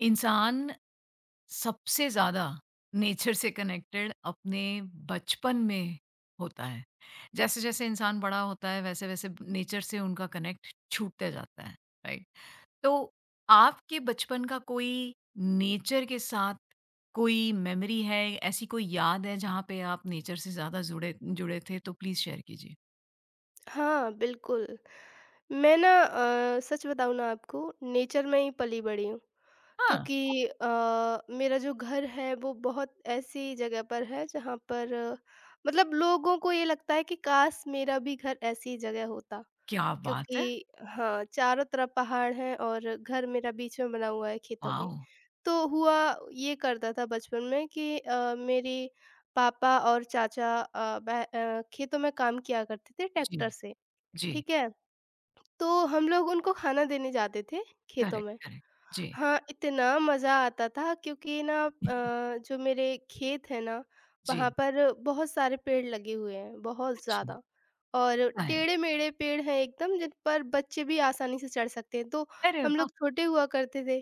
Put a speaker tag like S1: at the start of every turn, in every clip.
S1: इंसान सबसे ज़्यादा नेचर से कनेक्टेड अपने बचपन में होता है। जैसे-जैसे इंसान बड़ा होता है वैसे-वैसे नेचर से उनका कनेक्ट छूटता जाता है, राइट? तो आपके बचपन का कोई नेचर के साथ कोई मेमोरी है, ऐसी कोई याद है जहाँ पे आप नेचर से ज़्यादा जुड़े जुड़े थे तो प्लीज़ शेयर कीजिए।
S2: हाँ, बिल्कुल। मैं ना सच बताऊँ ना आपको, नेचर में ही पली-बड़ी हूँ
S1: हाँ,
S2: क्योंकि मेरा जो घर है, वो बहुत ऐसी जगह पर है, जहाँ पर मतलब लोगों को ये लगता है कि काश मेरा भी घर ऐसी जगह होता
S1: क्या बात
S2: क्योंकि
S1: है!
S2: हाँ, चारों तरफ पहाड़ हैं और घर मेरा बीच में बना हुआ है खेतों के।
S1: वॉव!
S2: तो हुआ ये करता था बचपन में कि मेरे पापा और चाचा खेतों में काम किया करते थे
S1: जी,
S2: ट्रैक्टर से,
S1: जी।
S2: ठीक है? तो हम लोग उनको खाना देने जाते थे खेतों
S1: करेक्ट,
S2: में।
S1: करेक्ट। जी,
S2: हाँ, इतना मज़ा आता था क्योंकि जो मेरे खेत है ना, वहाँ
S1: जी।
S2: पर बहुत सारे पेड़ लगे हुए हैं, बहुत
S1: अच्छा,
S2: ज़्यादा। और
S1: ज़ाहिर है।
S2: टेढ़े-मेढ़े पेड़ हैं एकदम जिन पर बच्चे भी आसानी से चढ़ सकते हैं, तो
S1: अरे
S2: हम
S1: वाह!
S2: लोग छोटे हुआ करते थे,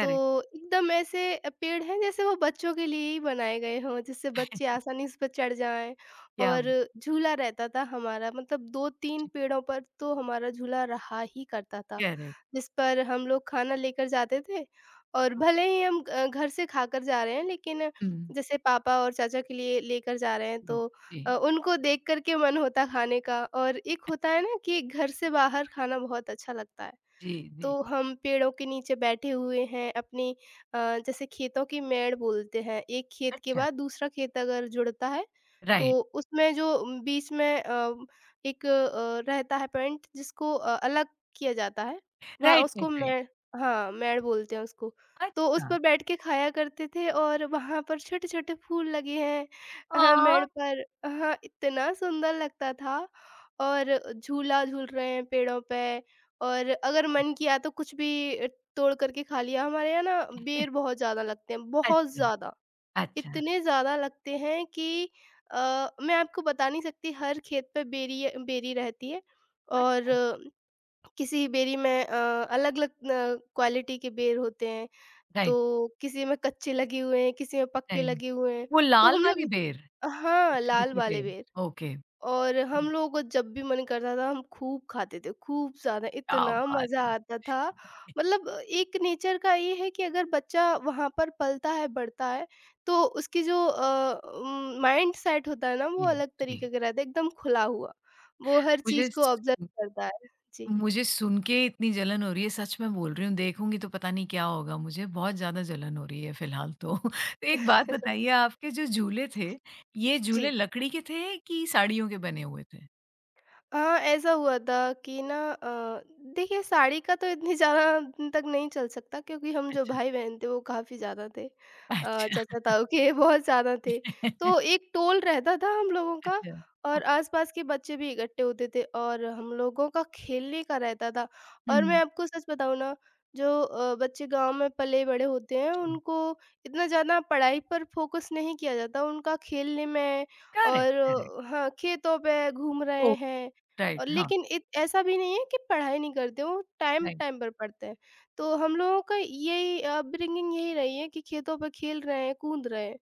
S2: तो एकदम ऐसे पेड़ हैं जैसे वो बच्चों के लिए ही बनाए गए हों, जिससे बच्चे आसानी से उस पर चढ़ जाएँ
S1: क्या
S2: और झूला रहता था हमारा, मतलब 2-3
S1: जी,
S2: पेड़ों पर तो हमारा झूला रहा ही करता था।
S1: करेक्ट।
S2: जिस पर हम लोग खाना लेकर जाते थे और भले ही हम घर से खाकर जा रहे हैं लेकिन
S1: हुँ,
S2: जैसे पापा और चाचा के लिए लेकर जा रहे हैं
S1: जी,
S2: तो
S1: जी।
S2: उनको देख कर के मन होता खाने का और एक होता है ना कि घर से बाहर खाना बहुत अच्छा लगता है।
S1: जी, जी।
S2: तो हम पेड़ों के नीचे बैठे हुए हैं अपने, जैसे खेतों की मेड़ बोलते हैं, एक खेत के
S1: अच्छा,
S2: बाद दूसरा खेत अगर जुड़ता है तो
S1: राइट,
S2: उसमें जो बीच में एक रहता है पॉइंट जिसको अलग किया जाता है वहाँ
S1: राइट,
S2: उसको
S1: राइट, राइट।
S2: मेड़, हाँ मेड़ बोलते हैं उसको। तो उस
S1: अच्छा,
S2: पर बैठ के खाया करते थे और वहां पर छोटे छोटे फूल लगे हैं मेड़
S1: ओह!
S2: पर। हाँ इतना सुंदर लगता था और झूला झूल रहे हैं पेड़ों पे और अगर मन किया तो कुछ भी तोड़ करके खा लिया। हमारे यहाँ ना बेर बहुत ज़्यादा लगते हैं, बहुत
S1: अच्छा,
S2: ज़्यादा।
S1: अच्छा,
S2: इतने ज़्यादा लगते हैं कि अ, मैं आपको बता नहीं सकती, हर खेत पे बेरी, बेरी रहती है और
S1: अच्छा,
S2: किसी बेरी में अलग-अलग क्वालिटी के बेर होते हैं। तो
S1: राइट,
S2: किसी में कच्चे लगे हुए हैं, किसी में पक्के
S1: राइट।
S2: लगे हुए हैं।
S1: वो
S2: तो
S1: लाल
S2: हम लोग
S1: वाली
S2: इत
S1: बेर,
S2: हाँ, लाल वाले
S1: छोटे-छोटे,
S2: बेर।
S1: ओके,
S2: और हम लोगों को जब भी मन करता था हम खूब खाते थे, खूब ज़्यादा,
S1: क्या
S2: इतना
S1: बात
S2: मज़ा
S1: है!
S2: आता था। मतलब एक नेचर का ये है कि अगर बच्चा वहाँ पर पलता है, बढ़ता है तो उसकी जो माइंड सेट होता है ना वो
S1: जी,
S2: अलग
S1: जी।
S2: तरीके का रहता है, एकदम खुला हुआ। वो हर
S1: मुझे
S2: चीज़ को
S1: स
S2: ऑब्ज़र्व करता है। जी।
S1: मुझे सुन के इतनी जलन हो रही है, सच में बोल रही हूँ, देखूँगी तो पता नहीं क्या होगा मुझे, बहुत ज़्यादा जलन हो रही है फ़िलहाल तो। तो एक बात बताइए आपके जो झूले थे, ये
S2: जी।
S1: झूले लकड़ी के थे कि साड़ियों के बने हुए थे?
S2: हाँ, ऐसा हुआ था कि देखिए साड़ी का तो इतनी ज़्यादा दिन तक नहीं चल सकता क्योंकि हम जो
S1: अच्छा,
S2: भाई-बहन थे वो काफ़ी ज़्यादा थे।
S1: अच्छा।
S2: चाचा-ताऊ के बहुत ज़्यादा थे। तो एक टोल रहता था हम लोगों का
S1: अच्छा, ओ
S2: और आस-पास के बच्चे भी इकट्ठे होते थे और हम लोगों का खेलने का रहता था।
S1: हुँ,
S2: और मैं आपको सच बताऊँ ना, जो बच्चे गाँव में पले-बड़े होते हैं
S1: जी।
S2: उनको इतना ज़्यादा पढ़ाई पर फ़ोकस नहीं किया जाता। उनका खेलने में,
S1: करेक्ट,
S2: और
S1: करेक्ट।
S2: हाँ, खेतों पे घूम रहे
S1: ओह!
S2: हैं।
S1: राइट,
S2: और
S1: हाँ,
S2: लेकिन इत ऐसा भी नहीं है कि पढ़ाई नहीं करते, वो टाइम
S1: राइट,
S2: टाइम पर पढ़ते हैं। तो हम लोगों का यही अपब्रिंगिंग यही रही है कि खेतों पे खेल रहे हैं, कूद रहे हैं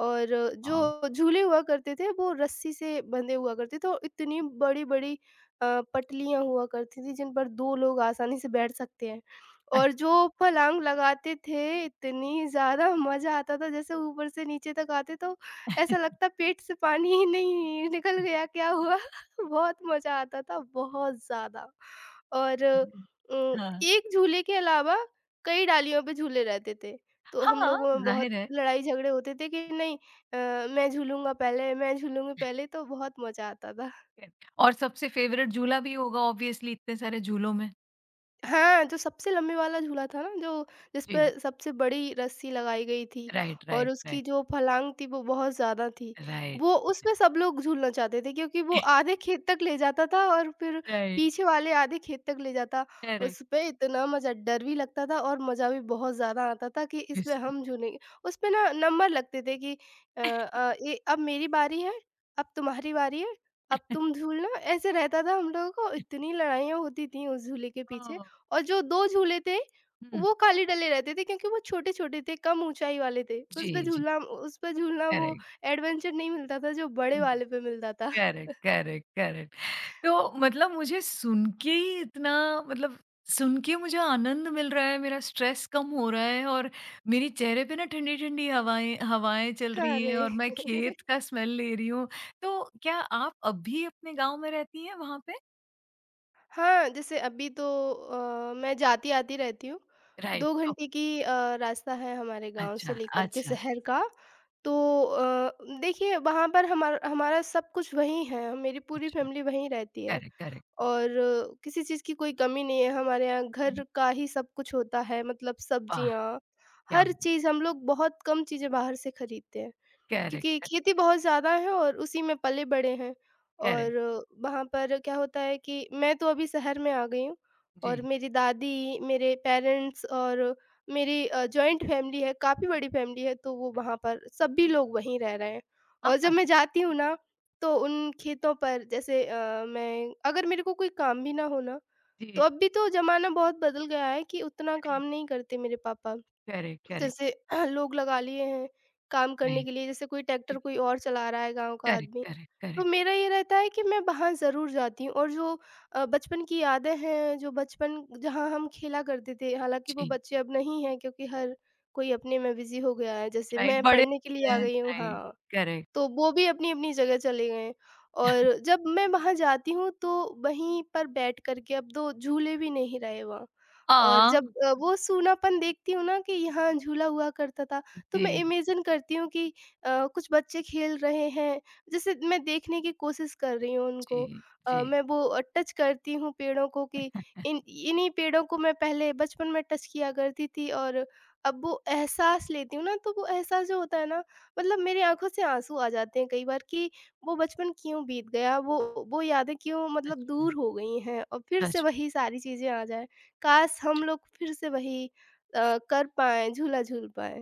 S2: और
S1: हाँ।
S2: जो झूले हुआ करते थे वो रस्सी से बंधे हुआ करते थे और इतनी बड़ी-बड़ी पटलियाँ हुआ करती थी जिन पर 2 लोग आसानी से बैठ सकते हैं। और जो फलांग लगाते थे इतनी ज़्यादा मज़ा आता था, जैसे ऊपर से नीचे तक आते तो ऐसा लगता पेट से पानी ही नहीं निकल गया क्या हुआ? बहुत मज़ा आता था, बहुत ज़्यादा। और
S1: हाँ,
S2: एक झूले के अलावा कई डालियों पे झूले रहते थे। तो हम
S1: हाँ,
S2: लोगों में
S1: ज़ाहिर
S2: बहुत
S1: है।
S2: लड़ाई झगड़े होते थे कि नहीं, मैं झूलूँगा पहले, मैं झूलूँगी पहले, तो बहुत मज़ा आता था।
S1: और सबसे फ़ेवरेट झूला भी होगा ऑब्वियसली इतने सारे झूलों में।
S2: हाँ, जो सबसे लंबे वाला झूला था ना, जो जिस पे
S1: जी,
S2: सबसे बड़ी रस्सी लगाई गई थी
S1: राइट,
S2: और
S1: राइट,
S2: उसकी
S1: राइट,
S2: जो फलांग थी वो बहुत ज़्यादा थी। वो
S1: राइट।
S2: उसमें सब लोग झूलना चाहते थे क्योंकि वो आधे खेत तक ले जाता था और फिर
S1: राइट,
S2: पीछे वाले आधे खेत तक ले जाता।
S1: करेक्ट,
S2: उसपे इतना मज़ा, डर भी लगता था और मज़ा भी बहुत ज़्यादा आता था कि इसमें
S1: यस।
S2: हम झूलेंगे। उसपे ना नंबर लगते थे कि ये अब मेरी बारी है, अब तुम्हारी बारी है, अब तुम झूलना, ऐसे रहता था हम लोगों को। इतनी लड़ाइयाँ होती थी उस झूले के पीछे।
S1: ओह!
S2: और जो 2 झूले थे,
S1: हुँ,
S2: वो खाली डले रहते थे क्योंकि वो छोटे-छोटे थे, कम ऊँचाई वाले थे। उस पे
S1: जी, जी,
S2: झूलना उस पे झूलना वो
S1: करेक्ट,
S2: एडवेंचर नहीं मिलता था जो बड़े
S1: हुँ,
S2: वाले पे मिलता था।
S1: Correct, correct, correct. तो मतलब मुझे सुन के ही इतना मतलब सुन के मुझे आनंद मिल रहा है, मेरा स्ट्रेस कम हो रहा है और मेरे चेहरे पे ना ठंडी-ठंडी हवाएँ हवाएँ चल रही
S2: अरे!
S1: हैं और मैं खेत का स्मेल ले रही हूँ। तो क्या आप अब भी अपने गाँव में रहती हैं वहाँ पे?
S2: हाँ, जैसे अभी तो मैं जाती-आती रहती हूँ।
S1: राइट,
S2: 2
S1: ओह!
S2: घंटे की रास्ता है हमारे गाँव से
S1: अच्छा,
S2: लेकर के
S1: अच्छा,
S2: शहर का। तो अ, देखिए, वहाँ पर हमारा सब कुछ वहीं है, मेरी पूरी
S1: अच्छा,
S2: फैमिली वहीं रहती है।
S1: करेक्ट, करेक्ट,
S2: और किसी चीज़ की कोई कमी नहीं है, हमारे यहाँ घर का ही सब कुछ होता है, मतलब
S1: वाह!
S2: सब्जियाँ,
S1: क्या
S2: हर
S1: बात!
S2: चीज़। हम लोग बहुत कम चीज़ें बाहर से खरीदते हैं
S1: करेक्ट,
S2: क्योंकि
S1: करेक्ट।
S2: खेती बहुत ज़्यादा है और उसी में पले-बड़े हैं।
S1: करेक्ट,
S2: और वहाँ पर क्या होता है कि मैं तो अभी शहर में आ गई हूँ और
S1: जी।
S2: मेरी दादी, मेरे पेरेंट्स और मेरी जॉइंट फैमिली है, काफ़ी बड़ी फैमिली है, तो वो वहाँ
S1: अच्छा
S2: पर सभी लोग वहीं रह रहे हैं।
S1: हाँ,
S2: और जब मैं जाती हूँ ना, तो उन खेतों पर जैसे मैं अगर, मेरे को कोई काम भी ना हो ना, तो
S1: जी,
S2: अब भी तो ज़माना बहुत बदल गया है कि उतना काम
S1: राइट,
S2: नहीं करते मेरे पापा।
S1: करेक्ट, करेक्ट,
S2: जैसे लोग लगा लिए हैं काम करने
S1: राइट,
S2: के लिए, जैसे कोई ट्रैक्टर
S1: जी,
S2: कोई और चला रहा है, गाँव का
S1: करेक्ट,
S2: आदमी।
S1: करेक्ट,
S2: तो
S1: करेक्ट,
S2: मेरा ये रहता है कि मैं वहाँ ज़रूर जाती हूँ और जो बचपन की यादें हैं, जो बचपन जहाँ हम खेला करते थे, हालाँकि वो
S1: जी,
S2: बच्चे अब नहीं हैं क्योंकि हर कोई अपने में बिज़ी हो गया है। जैसे
S1: राइट,
S2: मैं
S1: बड़े
S2: पढ़ने के लिए
S1: होते
S2: आ
S1: हैं,
S2: गई हूँ,
S1: राइट,
S2: हाँ।
S1: करेक्ट।
S2: तो वो भी अपनी-अपनी जगह चले गए हैं। और जब मैं वहाँ जाती हूँ तो वहीं पर बैठ कर के, अब तो झूले भी नहीं रहे वहाँ। और
S1: हाँ,
S2: जब वो सूनापन देखती हूँ ना, कि यहाँ झूला हुआ करता था, तो मैं
S1: जी,
S2: इमेजिन करती हूँ कि कुछ बच्चे खेल रहे हैं, जैसे मैं देखने की कोशिश कर रही हूँ
S1: जी,
S2: उनको।
S1: जी,
S2: मैं वो टच करती हूँ पेड़ों को कि इन इन्हीं पेड़ों को मैं पहले बचपन में टच किया करती थी और अब वो एहसास लेती हूँ ना, तो वो एहसास जो होता है ना, मतलब मेरी आँखों से आँसू आ जाते हैं कई बार कि वो बचपन क्यों बीत गया? वो यादें क्यों, मतलब,
S1: सच में,
S2: दूर हो गई हैं और फिर से
S1: सच में।
S2: वही सारी चीज़ें आ जाएँ। काश हम लोग फिर से वही कर पाएँ, झूला झूल पाएँ।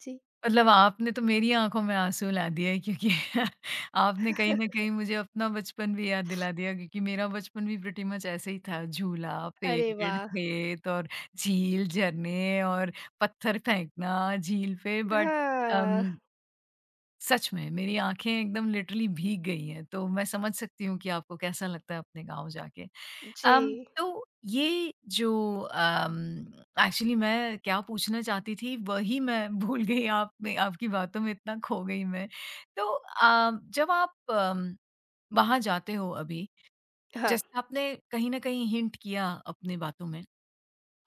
S2: जी।
S1: मतलब आपने तो मेरी आँखों में आँसू ला दिए क्योंकि आपने कहीं न कहीं मुझे अपना बचपन भी याद दिला दिया क्योंकि मेरा बचपन भी प्रिटी मच ऐसे ही था। झूला,
S2: अरे
S1: पेड़,
S2: वाह!
S1: खेत और झील, झरने और पत्थर फेंकना झील पे बट
S2: हाँ,
S1: अम, सच में मेरी आँखें एकदम लिटरली भीग गई हैं, तो मैं समझ सकती हूँ कि आपको कैसा लगता है अपने गाँव जाके।
S2: जी।
S1: तो ये जो अम, एक्चुअली मैं क्या पूछना चाहती थी वही मैं भूल गई आप में आपकी बातों में इतना खो गई मैं। तो जब आप वहाँ जाते हो अभी,
S2: हाँ,
S1: जैसे आपने कहीं न कहीं हिंट किया अपनी बातों में,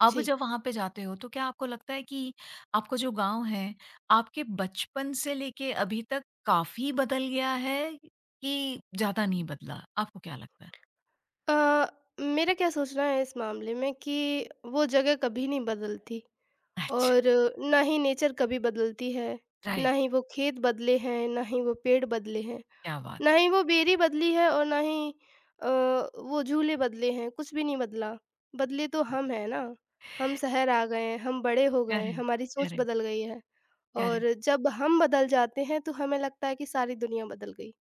S1: अब
S2: जी।
S1: जब वहाँ पे जाते हो तो क्या आपको लगता है कि आपका जो गाँव है, आपके बचपन से लेके अभी तक काफ़ी बदल गया है कि ज़्यादा नहीं बदला? आपको क्या लगता है?
S2: अ, मेरा क्या सोचना है इस मामले में कि वो जगह कभी नहीं बदलती
S1: अच्छा,
S2: और ना ही नेचर कभी बदलती है, ना
S1: राइट,
S2: ही वो खेत बदले हैं, ना ही वो पेड़ बदले हैं।
S1: क्या बात!
S2: नहीं वो बेरी बदली है और ना ही वो झूले बदले हैं, कुछ भी नहीं बदला। बदले तो हम हैं ना, हम शहर आ गए हैं, हम बड़े हो गए हैं,
S1: करेक्ट,
S2: हमारी सोच
S1: करेक्ट,
S2: बदल गई है।
S1: करेक्ट,
S2: और जब हम बदल जाते हैं तो हमें लगता है कि सारी दुनिया बदल गई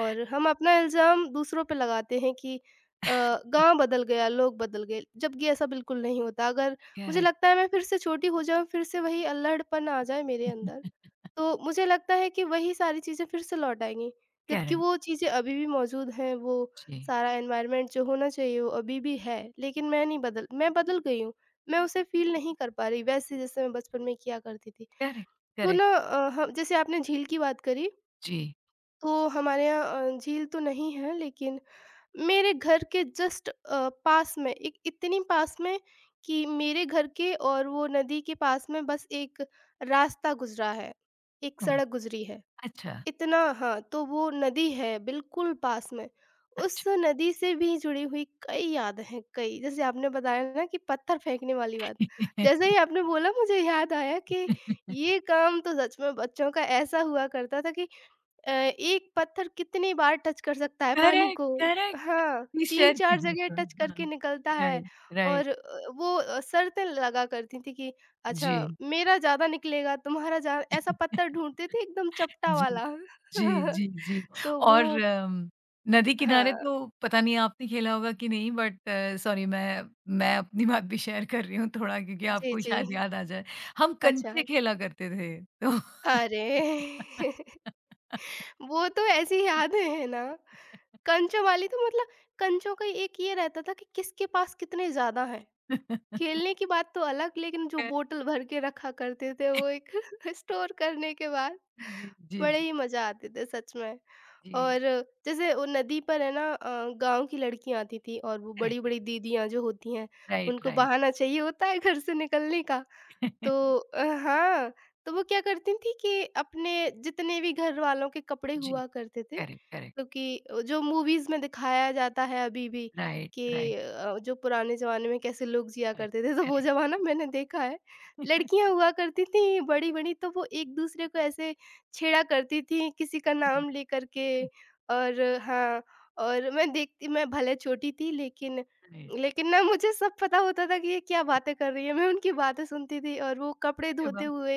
S2: और हम अपना इल्ज़ाम दूसरों पे लगाते हैं कि अ, गाँव बदल गया, लोग बदल गए, जबकि ऐसा बिल्कुल नहीं होता। अगर मुझे
S1: करेक्ट,
S2: लगता है मैं फिर से छोटी हो जाऊँ, फिर से वही अल्हड़पन आ जाए मेरे अंदर, तो मुझे लगता है कि वही सारी चीज़ें फिर से लौट आएँगी, जबकि
S1: करेक्ट,
S2: वो चीज़ें अभी भी मौजूद हैं, वो
S1: जी,
S2: सारा एनवायरनमेंट जो होना चाहिए वो अभी भी है, लेकिन मैं नहीं बदल मैं बदल गई हूँ, मैं उसे फ़ील नहीं कर पा रही वैसे जैसे मैं बचपन में किया करती थी।
S1: करेक्ट,
S2: तो
S1: करेक्ट,
S2: ना अ, ह जैसे आपने झील की बात करी,
S1: जी,
S2: तो हमारे यहाँ झील तो नहीं है लेकिन मेरे घर के जस्ट पास में, एक इतनी पास में कि मेरे घर के और वो नदी के पास में बस एक रास्ता गुज़रा है, एक
S1: हाँ,
S2: सड़क गुज़री है।
S1: अच्छा,
S2: इतना, हाँ, तो वो नदी है बिल्कुल पास में। उस
S1: अच्छा।
S2: नदी से भी जुड़ी हुई कई याद हैं, कई। जैसे आपने बताया ना कि पत्थर फेंकने वाली बात। जैसे ही आपने बोला मुझे याद आया कि ये काम तो सच में बच्चों का ऐसा हुआ करता था कि एक पत्थर कितनी बार टच कर सकता है पानी
S1: करेक्ट,
S2: को?
S1: करेक्ट, करेक्ट,
S2: हाँ,
S1: प्लीज़ शेयर
S2: 3-4
S1: कीजिए
S2: जगह टच
S1: थोड़ा,
S2: करके
S1: हाँ,
S2: निकलता है।
S1: राइट, राइट,
S2: और वो शर्तें लगा करती थी कि अच्छा
S1: जी।
S2: मेरा ज़्यादा निकलेगा, तुम्हारा ज्या ऐसा पत्थर ढूँढते थे एकदम चपटा
S1: जी,
S2: वाला।
S1: जी, जी, जी
S2: तो वो
S1: और नदी किनारे
S2: हाँ,
S1: तो पता नहीं आपने खेला होगा कि नहीं बट सॉरी मैं अपनी बात भी शेयर कर रही हूँ थोड़ा क्योंकि
S2: जी,
S1: आपको
S2: जी।
S1: शायद याद आ जाए। हम
S2: अच्छा।
S1: कंचे खेला करते थे तो
S2: अरे! वो तो ऐसी यादें हैं ना। कंचों वाली तो मतलब कंचों का एक ये रहता था कि किसके पास कितने ज़्यादा हैं।
S1: अ,
S2: खेलने की बात तो अलग लेकिन जो बोतल भर के रखा करते थे वो एक स्टोर करने के बाद
S1: जी, जी,
S2: बड़े
S1: जी,
S2: ही मजा आते थे सच में।
S1: जी।
S2: और जैसे वो नदी पर है ना गाँव की लड़कियाँ आती थी और वो
S1: करेक्ट,
S2: बड़ी-बड़ी दीदियाँ जो होती हैं
S1: राइट,
S2: उनको
S1: राइट।
S2: बहाना चाहिए होता है घर से निकलने का। तो हाँ, तो वो क्या करती थी कि अपने जितने भी घर वालों के कपड़े
S1: जी,
S2: हुआ करते थे
S1: करेक्ट, करेक्ट,
S2: मतलब कि जो मूवीज़ में दिखाया जाता है अभी भी
S1: राइट,
S2: कि
S1: राइट,
S2: जो पुराने ज़माने में कैसे लोग जिया
S1: करेक्ट,
S2: करते थे, तो वो
S1: करेक्ट,
S2: ज़माना मैंने देखा है।
S1: करेक्ट।
S2: लड़कियाँ हुआ करती थीं बड़ी-बड़ी, तो वो एक-दूसरे को ऐसे छेड़ा करती थीं किसी का
S1: अच्छा,
S2: नाम लेकर के। और हाँ, और मैं भले छोटी थी लेकिन
S1: राइट।
S2: लेकिन ना मुझे सब पता होता था कि ये क्या बातें कर रही हैं, मैं उनकी बातें सुनती थी और वो कपड़े
S1: अरे
S2: धोते
S1: वाह!
S2: हुए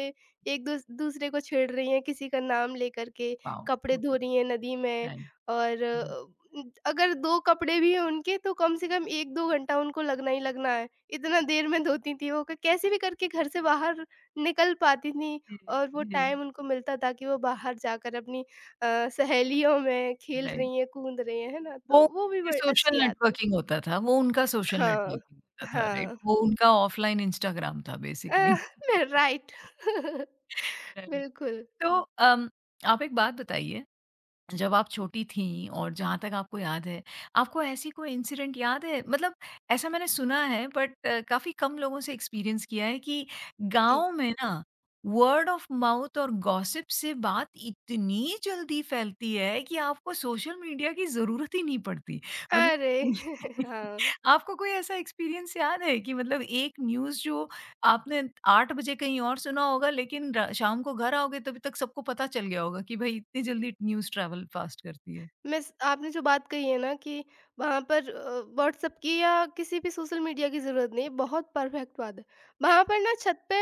S2: एक दूसरे को छेड़ रही हैं, किसी का नाम लेकर के,
S1: वाओ!
S2: कपड़े
S1: ओके,
S2: धो रही हैं नदी में।
S1: नाइस,
S2: और
S1: नाइस।
S2: अगर 2 कपड़े भी हैं उनके तो कम से कम 1-2 घंटा उनको लगना ही लगना है। इतना देर में धोती थी वो क कैसे भी करके घर से बाहर निकल पाती थीं
S1: जी,
S2: और वो
S1: जी,
S2: टाइम उनको मिलता था कि वो बाहर जाकर अपनी सहेलियों में खेल
S1: राइट।
S2: रही हैं, कूद रही हैं, है ना?
S1: वो
S2: तो वो भी
S1: उनकी
S2: बड़ी अच्छी
S1: सोशल
S2: याद थी।
S1: नेटवर्किंग होता था, वो उनका सोशल
S2: हाँ,
S1: नेटवर्किंग होता था, राइट?
S2: हाँ।
S1: वो उनका ऑफ़लाइन इंस्टाग्राम था बेसिकली,
S2: अ, राइट।
S1: राइट।
S2: बिल्कुल।
S1: तो अम, आप एक बात बताइए जब आप छोटी थीं और जहाँ तक आपको याद है, आपको ऐसी कोई इंसिडेंट याद है? मतलब ऐसा मैंने सुना है बट काफ़ी कम लोगों से एक्सपीरियंस किया है कि
S2: जी।
S1: गाँव में ना वर्ड ऑफ माउथ और गॉसिप से बात इतनी जल्दी फैलती है कि आपको सोशल मीडिया की ज़रूरत ही नहीं पड़ती। मतलब
S2: अरे! हाँ।
S1: आपको कोई ऐसा एक्सपीरियंस याद है कि मतलब एक न्यूज़ जो आपने 8 बजे कहीं और सुना होगा लेकिन र शाम को घर आओगे तभी तक सबको पता चल गया होगा कि भई इतनी जल्दी न्यूज़ ट्रैवल फास्ट करती है।
S2: मिस आपने जो बात कही है ना कि वहाँ पर व्हाट्सएप की या किसी भी सोशल मीडिया की ज़रूरत नहीं है, बहुत परफेक्ट बात है। वहाँ पर ना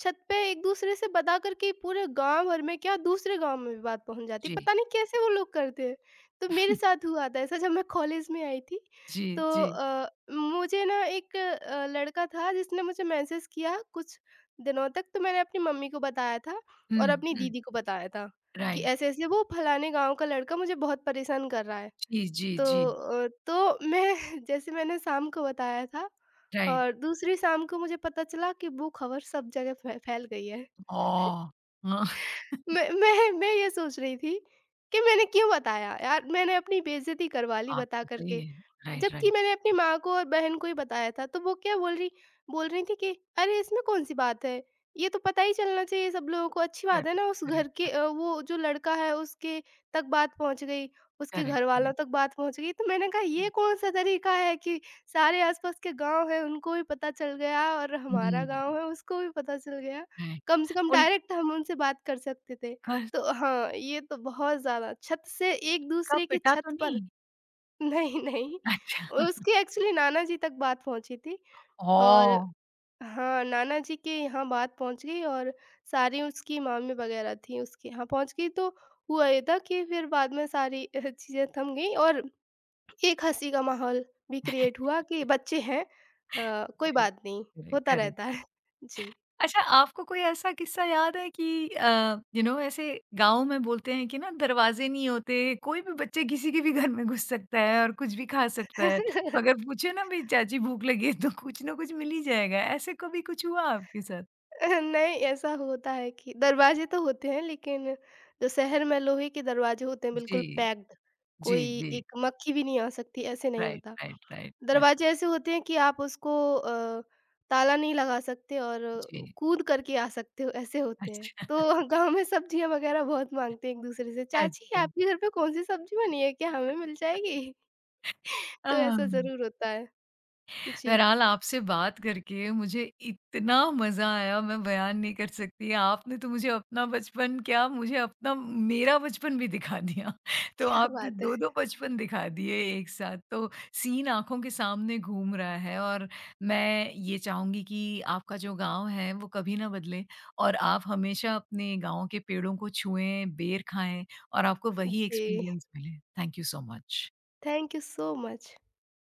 S2: छत पे एक-दूसरे से बता कर के पूरे गाँव भर में क्या दूसरे गाँव में भी बात पहुँच जाती है,
S1: जी।
S2: पता नहीं कैसे वो लोग करते हैं। तो मेरे साथ हुआ था ऐसा जब मैं कॉलेज में आई थी,
S1: जी,
S2: तो
S1: जी।
S2: मुझे ना एक लड़का था जिसने मुझे मैसेज किया कुछ दिनों तक, तो मैंने अपनी मम्मी को बताया था और
S1: हुँ,
S2: अपनी
S1: हुँ।
S2: दीदी को बताया था। कि
S1: राइट।
S2: ऐसे-ऐसे वो फलाने गाँव का लड़का मुझे बहुत परेशान कर रहा है।
S1: जी, जी, जी।
S2: तो मैं जैसे मैंने शाम को बताया था
S1: राइट।
S2: और दूसरी शाम को मुझे पता चला कि वो खबर सब जगह फै फैल गई है।
S1: ओह! हाँ,
S2: मैं ये सोच रही थी कि मैंने क्यों बताया यार, मैंने अपनी बेइज़्ज़ती करवा ली
S1: बात
S2: बता
S1: तो
S2: कर
S1: सही
S2: के।
S1: है। राइट,
S2: जबकि
S1: राइट।
S2: मैंने अपनी माँ को और बहन को ही बताया था, तो वो क्या बोल रही थी कि अरे इसमें कौन-सी बात है? ये तो पता ही चलना चाहिए सब लोगों को, अच्छी बात
S1: करेक्ट,
S2: है ना उस घर
S1: करेक्ट,
S2: के
S1: करेक्ट,
S2: वो जो लड़का है उसके तक बात पहुँच गई, उसके
S1: करेक्ट,
S2: घरवालों
S1: करेक्ट।
S2: तक बात पहुँच गई। तो मैंने कहा ये कौन-सा तरीका है कि सारे आस-पास के गाँव हैं उनको भी पता चल गया और हमारा
S1: हुँ,
S2: गाँव है उसको भी पता चल गया।
S1: राइट।
S2: कम से कम
S1: वो
S2: डायरेक्ट हम उनसे बात कर सकते थे।
S1: घर
S2: तो हाँ, ये तो बहुत ज़्यादा छत से
S1: का
S2: एक-दूसरे की
S1: पिटा तो
S2: छत पर
S1: नहीं?
S2: नहीं, नहीं,
S1: अच्छा।
S2: उसकी एक्चुअली नाना जी तक बात पहुँची थी और
S1: ओह!
S2: हाँ, नाना जी के यहाँ बात पहुँच गई और सारी उसकी मामी वग़ैरह थीं, उसके यहाँ पहुँच गई तो हुआ ये था कि फिर बाद में सारी चीज़ें थम गईं और एक हँसी का माहौल भी क्रिएट हुआ कि बच्चे हैं कोई
S1: राइट।
S2: बात नहीं,
S1: करेक्ट,
S2: होता
S1: करेक्ट,
S2: रहता है।
S1: करेक्ट।
S2: जी।
S1: अच्छा, आपको कोई ऐसा किस्सा याद है कि यू नो ऐसे गाँव में बोलते हैं कि ना दरवाजे नहीं होते, कोई भी बच्चे किसी के भी घर में घुस सकता है और कुछ भी खा सकता है। अगर पूछे ना भई चाची भूख लगी है तो कुछ ना कुछ मिल ही जाएगा। ऐसे कभी कुछ हुआ आपके साथ?
S2: नहीं, ऐसा होता है कि दरवाजे तो होते हैं लेकिन जो शहर में लोहे के दरवाजे होते हैं बिल्कुल
S1: जी।
S2: पैक्ड,
S1: जी,
S2: कोई
S1: जी।
S2: एक मक्खी भी नहीं आ सकती, ऐसे नहीं
S1: राइट,
S2: होता।
S1: Right, right. अच्छा,
S2: दरवाजे ऐसे होते हैं कि आप उसको ताला नहीं लगा सकते और
S1: जी।
S2: कूद करके आ सकते हो, ऐसे होते हैं।
S1: अच्छा,
S2: तो गाँव में सब्जियाँ वगैरह बहुत माँगते हैं एक-दूसरे से, "चाची
S1: अच्छा।
S2: आपके घर पे कौन-सी सब्जी बनी है? क्या हमें मिल जाएगी?"
S1: अ
S2: तो ऐसा ज़रूर होता है। जी,
S1: बहरहाल आपसे बात करके मुझे इतना मज़ा आया मैं बयान नहीं कर सकती। आपने तो मुझे अपना बचपन क्या मुझे अपना मेरा बचपन भी दिखा दिया। तो
S2: क्या
S1: आपने
S2: बात है!
S1: 2-2 बचपन दिखा दिए एक साथ। तो सीन आँखों के सामने घूम रहा है और मैं ये चाहूँगी कि आपका जो गाँव है वो कभी ना बदले और आप हमेशा अपने गाँव के पेड़ों को छुएँ, बेर खाएँ और आपको वही
S2: जी,
S1: एक्सपीरियंस मिले। Thank you so much.
S2: Thank you so much.